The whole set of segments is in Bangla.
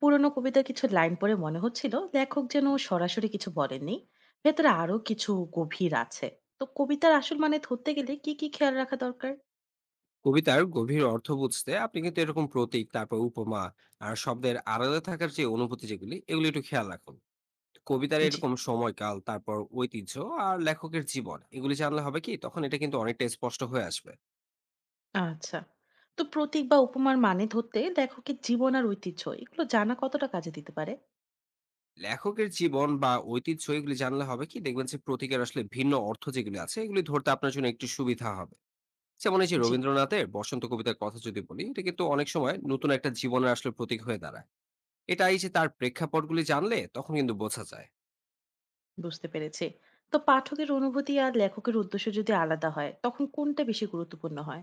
পুরোনো কবিতার কিছু লাইন পড়ে মনে হচ্ছিল লেখক যেন সরাসরি কিছু বলেননি ভেতরে আরো কিছু গভীর আছে। তো কবিতার আসল মানে ধরতে গেলে কি কি খেয়াল রাখা দরকার? কবিতার গভীর অর্থ বুঝতে আপনি কিন্তু এরকম প্রতীক, তারপর উপমা আর শব্দের আড়ালে থাকার যে অনুভূতি, যেগুলি এগুলি একটু খেয়াল রাখুন। কবিতার জি। এরকম সময়কাল, তারপর ঐতিহ্য আর লেখকের জীবন, এগুলি জানলে হবে কি, তখন এটা কিন্তু অনেকটা স্পষ্ট হয়ে আসবে। আচ্ছা। তো প্রতীক বা উপমার মানে ধরতে লেখকের জীবন আর ঐতিহ্য এগুলো জানা কতটা কাজে দিতে পারে? লেখকের জীবন বা ঐতিহ্য এগুলি জানলে হবে কি, দেখবেন যে প্রতীকের আসলে ভিন্ন অর্থ যেগুলি আছে, এগুলি ধরতে আপনার জন্য একটু সুবিধা হবে। যেমন এই যে জি, রবীন্দ্রনাথের বসন্ত কবিতার কথা যদি বলি, এটা কিন্তু অনেক সময় নতুন একটা জীবনের আসলে প্রতীক হয়ে দাঁড়ায়। এটাই যে তার প্রেক্ষাপটগুলি জানলে তখন কিন্তু বোঝা যায়। বুঝতে পেরেছি। তো পাঠকের অনুভূতি আর লেখকের উদ্দেশ্য যদি আলাদা হয় তখন কোনটা বেশি গুরুত্বপূর্ণ হয়?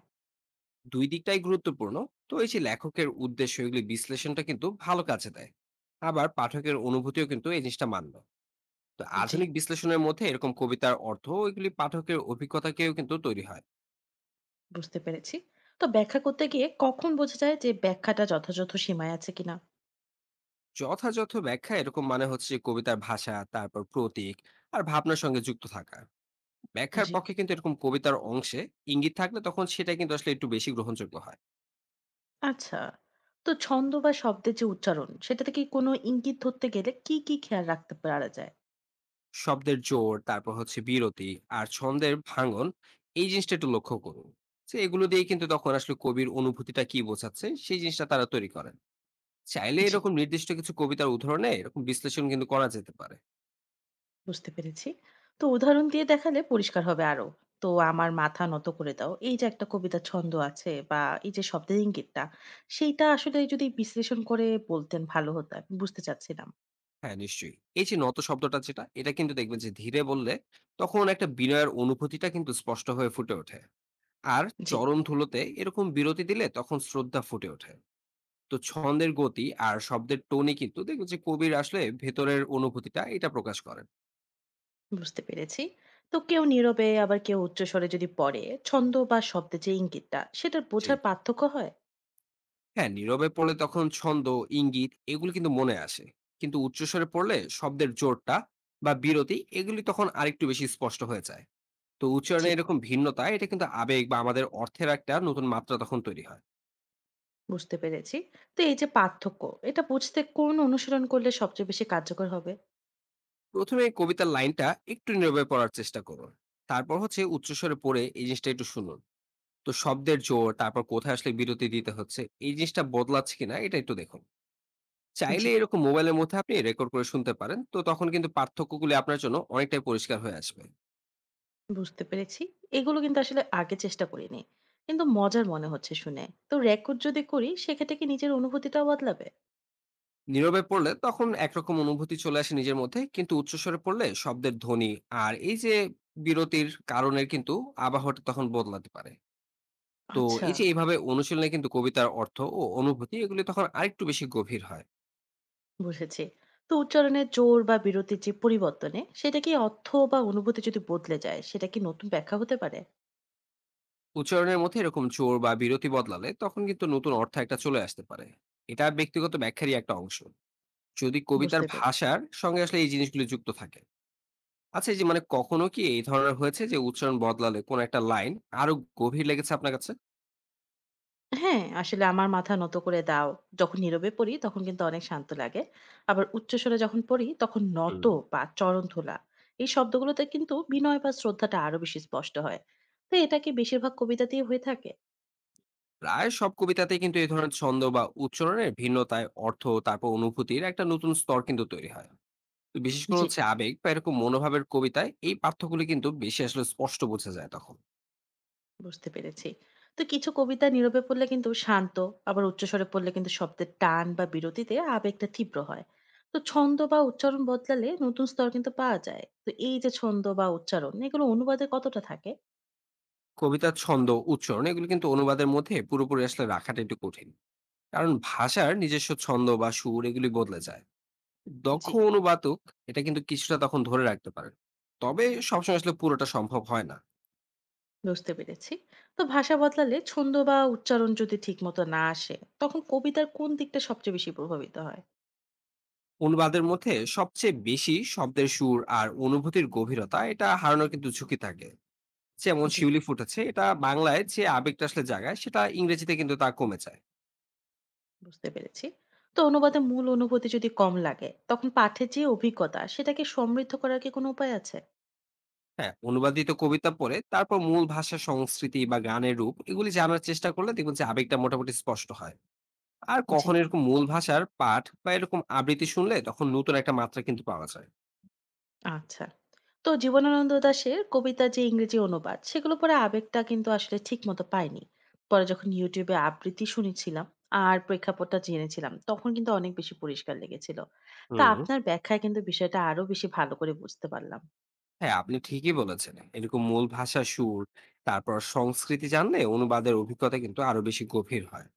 দুই দিকটাই গুরুত্বপূর্ণ। তো এই যে লেখকের উদ্দেশ্য, এগুলি বিশ্লেষণটা কিন্তু ভালো কাজে দেয়। আবার পাঠকের অনুভূতিও কিন্তু এই জিনিসটা মান্য। তো জি, আধুনিক বিশ্লেষণের মধ্যে এরকম কবিতার অর্থ এগুলি পাঠকের অভিজ্ঞতাকেও কিন্তু তৈরি হয়। বুঝতে পেরেছি। তো ব্যাখ্যা করতে গিয়ে কখন বোঝা যায় যে ব্যাখ্যাটা যথাযথ সীমায় আছে কিনা? যথাযথ ব্যাখ্যা এরকম মানে হচ্ছে যে কবিতার ভাষা, তারপর প্রতীক আর ভাবনার সঙ্গে যুক্ত থাকা। ব্যাখ্যার জি। পক্ষে কিন্তু এরকম কবিতার অংশে ইঙ্গিত থাকলে তখন সেটা কিন্তু আসলে একটু বেশি গ্রহণযোগ্য হয়। আচ্ছা। তো ছন্দ বা শব্দের যে উচ্চারণ, সেটাতে কি কোনো ইঙ্গিত ধরতে গেলে কি, কি খেয়াল রাখতে পারা যায়? শব্দের জোর, তারপর হচ্ছে বিরতি আর ছন্দের ভাঙন, এই জিনিসটা একটু লক্ষ্য করুন। তো এগুলো দিয়ে কিন্তু তখন আসলে কবির অনুভূতিটা কি বোঝাচ্ছে, সেই জিনিসটা তারা তৈরি করেন। চাইলে জি, এরকম নির্দিষ্ট কিছু কবিতার উদাহরণে এরকম বিশ্লেষণ কিন্তু করা যেতে পারে। বুঝতে পেরেছি। তো উদাহরণ দিয়ে দেখালে পরিষ্কার হবে আরো। তো আমার মাথা নত করে দাও। এই যে একটা কবিতার ছন্দ আছে বা এই যে শব্দের ইঙ্গিতটা, সেইটা আসলে যদি বিশ্লেষণ করে বলতেন ভালো হতো। আমি বুঝতে চাচ্ছিলাম। হ্যাঁ, নিশ্চয়ই। এই যে নত শব্দটা যেটা, এটা কিন্তু দেখবেন যে ধীরে বললে তখন একটা বিনয়ের অনুভূতিটা কিন্তু স্পষ্ট হয়ে ফুটে ওঠে। আর জি, চরণ ধুলোতে এরকম বিরতি দিলে তখন শ্রদ্ধা ফুটে ওঠে। তো ছন্দের গতি আর শব্দের টোনই কিন্তু দেখবেন যে কবির আসলে ভেতরের অনুভূতিটা এটা প্রকাশ করেন। বুঝতে পেরেছি। তো কেউ নীরবে আবার কেউ উচ্চস্বরে যদি পড়ে, ছন্দ বা শব্দের যে ইঙ্গিতটা, সেটার জি। বোঝার পার্থক্য হয়? হ্যাঁ, নীরবে পড়লে তখন ছন্দ, ইঙ্গিত এগুলো কিন্তু মনে আসে। কিন্তু উচ্চস্বরে পড়লে শব্দের জোরটা বা বিরতি এগুলি তখন আরেকটু বেশি স্পষ্ট হয়ে যায়। তো জি। উচ্চারণে এরকম ভিন্নতা এটা কিন্তু আবেগ বা আমাদের অর্থের একটা নতুন মাত্রা তখন তৈরি হয়। বুঝতে পেরেছি। তো এই যে পার্থক্য, এটা বুঝতে কোন অনুশীলন করলে সবচেয়ে বেশি কার্যকর হবে? প্রথমে কবিতার লাইনটা একটু নীরবে পড়ার চেষ্টা করুন। তারপর হচ্ছে উচ্চস্বরে পড়ে এই জিনিসটা একটু শুনুন। তো শব্দের জোর, তারপর কোথায় আসলে বিরতি দিতে হচ্ছে, এই জিনিসটা বদলাচ্ছে কিনা এটা একটু দেখুন। চাইলে জি, এরকম মোবাইলের মধ্যে আপনি রেকর্ড করে শুনতে পারেন, তো তখন কিন্তু পার্থক্যগুলি আপনার জন্য অনেকটাই পরিষ্কার হয়ে আসবে। বুঝতে পেরেছি। এগুলো কিন্তু আসলে আগে চেষ্টা করিনি। কিন্তু মজার মনে হচ্ছে শুনে। তো রেকর্ড যদি করি সেক্ষেত্রে কি নিজের অনুভূতিটাও বদলাবে? নীরবে পড়লে তখন একরকম অনুভূতি চলে আসে নিজের মধ্যে, কিন্তু উচ্চস্বরে পড়লে শব্দের ধ্বনি আর এই যে বিরতির কারণের কিন্তু আবহাওয়াটা তখন বদলাতে পারে। তো আচ্ছা, এই যে এইভাবে অনুশীলনে কিন্তু কবিতার অর্থ ও অনুভূতি এগুলি তখন আরেকটু বেশি গভীর হয়। বুঝেছি। তো উচ্চারণের জোর বা বিরতির যে পরিবর্তনে, সেটা কি অর্থ বা অনুভূতি যদি বদলে যায়, সেটা কি নতুন ব্যাখ্যা হতে পারে? উচ্চারণের মধ্যে এরকম জোর বা বিরতি বদলালে তখন কিন্তু নতুন অর্থ একটা চলে আসতে পারে। এটা ব্যক্তিগত ব্যাখ্যারই একটা অংশ, যদি কবিতার বুঝতে পেরেছি। ভাষার সঙ্গে আসলে এই জিনিসগুলি যুক্ত থাকে। আচ্ছা, এই যে মানে কখনো কি এই ধরনের হয়েছে যে উচ্চারণ বদলালে কোন একটা লাইন আরো গভীর লেগেছে আপনার কাছে? হ্যাঁ, আসলে আমার মাথা নত করে দাও। যখন নীরবে পড়ি তখন কিন্তু অনেক শান্ত লাগে। আবার উচ্চস্বরে যখন পড়ি তখন নত হুম। বা চরণ তোলা এই শব্দগুলোতে কিন্তু বিনয় বা শ্রদ্ধাটা আরো বেশি স্পষ্ট হয়। তো এটা কি বেশিরভাগ কবিতাতেই হয়ে থাকে? প্রায় সব কবিতাতেই কিন্তু এই ধরনের ছন্দ বা উচ্চারণের ভিন্নতায় অর্থ, তারপর অনুভূতির একটা নতুন স্তর কিন্তু তৈরি হয়। তো বিশেষ করে জি, হচ্ছে আবেগ বা এরকম মনোভাবের কবিতায় এই পার্থক্যগুলি কিন্তু বেশি আসলে স্পষ্ট বোঝা যায় তখন। বুঝতে পেরেছি। তো কিছু কবিতা নীরবে পড়লে কিন্তু শান্ত, আবার উচ্চস্বরে পড়লে কিন্তু শব্দের টান বা বিরতিতে আবেগটা তীব্র হয়। তো ছন্দ বা উচ্চারণ বদলালে নতুন স্তর কিন্তু পাওয়া যায়। তো এই যে ছন্দ বা উচ্চারণ এগুলো অনুবাদে কতটা থাকে? কবিতার ছন্দ, উচ্চারণ এগুলো কিন্তু অনুবাদের মধ্যে পুরোপুরি আসলে রাখাটা একটু কঠিন। কারণ ভাষার নিজস্ব ছন্দ বা সুর এগুলি বদলে যায়। দক্ষ জি। অনুবাদক এটা কিন্তু কিছুটা তখন ধরে রাখতে পারেন, তবে সবসময় আসলে পুরোটা সম্ভব হয় না। বুঝতে পেরেছি। তো ভাষা বদলালে ছন্দ বা উচ্চারণ যদি ঠিক মতো না আসে তখন কবিতার কোন দিকটা সবচেয়ে বেশি প্রভাবিত হয়? অনুবাদের মধ্যে সবচেয়ে বেশি শব্দের সুর আর অনুভূতির গভীরতা এটা হারানোর কিন্তু ঝুঁকি থাকে। যেমন জি, শিউলি ফুটেছে, এটা বাংলায় যে আবেগটা আসলে জাগায় সেটা ইংরেজিতে কিন্তু তা কমে যায়। বুঝতে পেরেছি। তো অনুবাদে মূল অনুভূতি যদি কম লাগে তখন পাঠের যে অভিজ্ঞতা সেটাকে সমৃদ্ধ করার কি কোনো উপায় আছে? হ্যাঁ, অনুবাদিত কবিতা পড়ে তারপর মূল ভাষার সংস্কৃতি বা গানের রূপ এগুলি জানার চেষ্টা করলে দেখবেন যে আবেগটা মোটামুটি স্পষ্ট হয়। আর জি, কখন এরকম মূল ভাষার পাঠ বা এরকম আবৃত্তি শুনলে তখন নতুন একটা মাত্রা কিন্তু পাওয়া যায়। আচ্ছা। তো জীবনানন্দ দাশের কবিতার যে ইংরেজি অনুবাদ সেগুলো পড়ে আবেগটা কিন্তু আসলে ঠিক মতো পাইনি। পরে যখন YouTube এ আবৃত্তি শুনেছিলাম আর প্রেক্ষাপটটা জেনেছিলাম তখন কিন্তু অনেক বেশি পরিষ্কার লেগেছিল। তো হুম। আপনার ব্যাখ্যায় কিন্তু বিষয়টা আরো বেশি ভালো করে বুঝতে পারলাম। হ্যাঁ, আপনি ঠিকই বলেছেন, এরকম মূল ভাষা, সুর, তারপর সংস্কৃতি জানলে অনুবাদের অভিজ্ঞতা কিন্তু আরো বেশি গভীর হয়।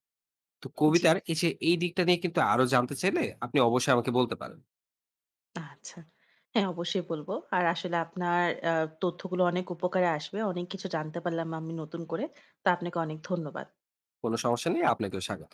তো জি, কবিতার এই যে এই দিকটা নিয়ে কিন্তু আরো জানতে চাইলে আপনি অবশ্যই আমাকে বলতে পারেন। আচ্ছা। হ্যাঁ, অবশ্যই বলব। আর আসলে আপনার আ তথ্যগুলো অনেক উপকারে আসবে। অনেক কিছু জানতে পারলাম আমি নতুন করে। তো আপনাকে অনেক ধন্যবাদ। কোনো সমস্যা নেই, আপনাকেও স্বাগত।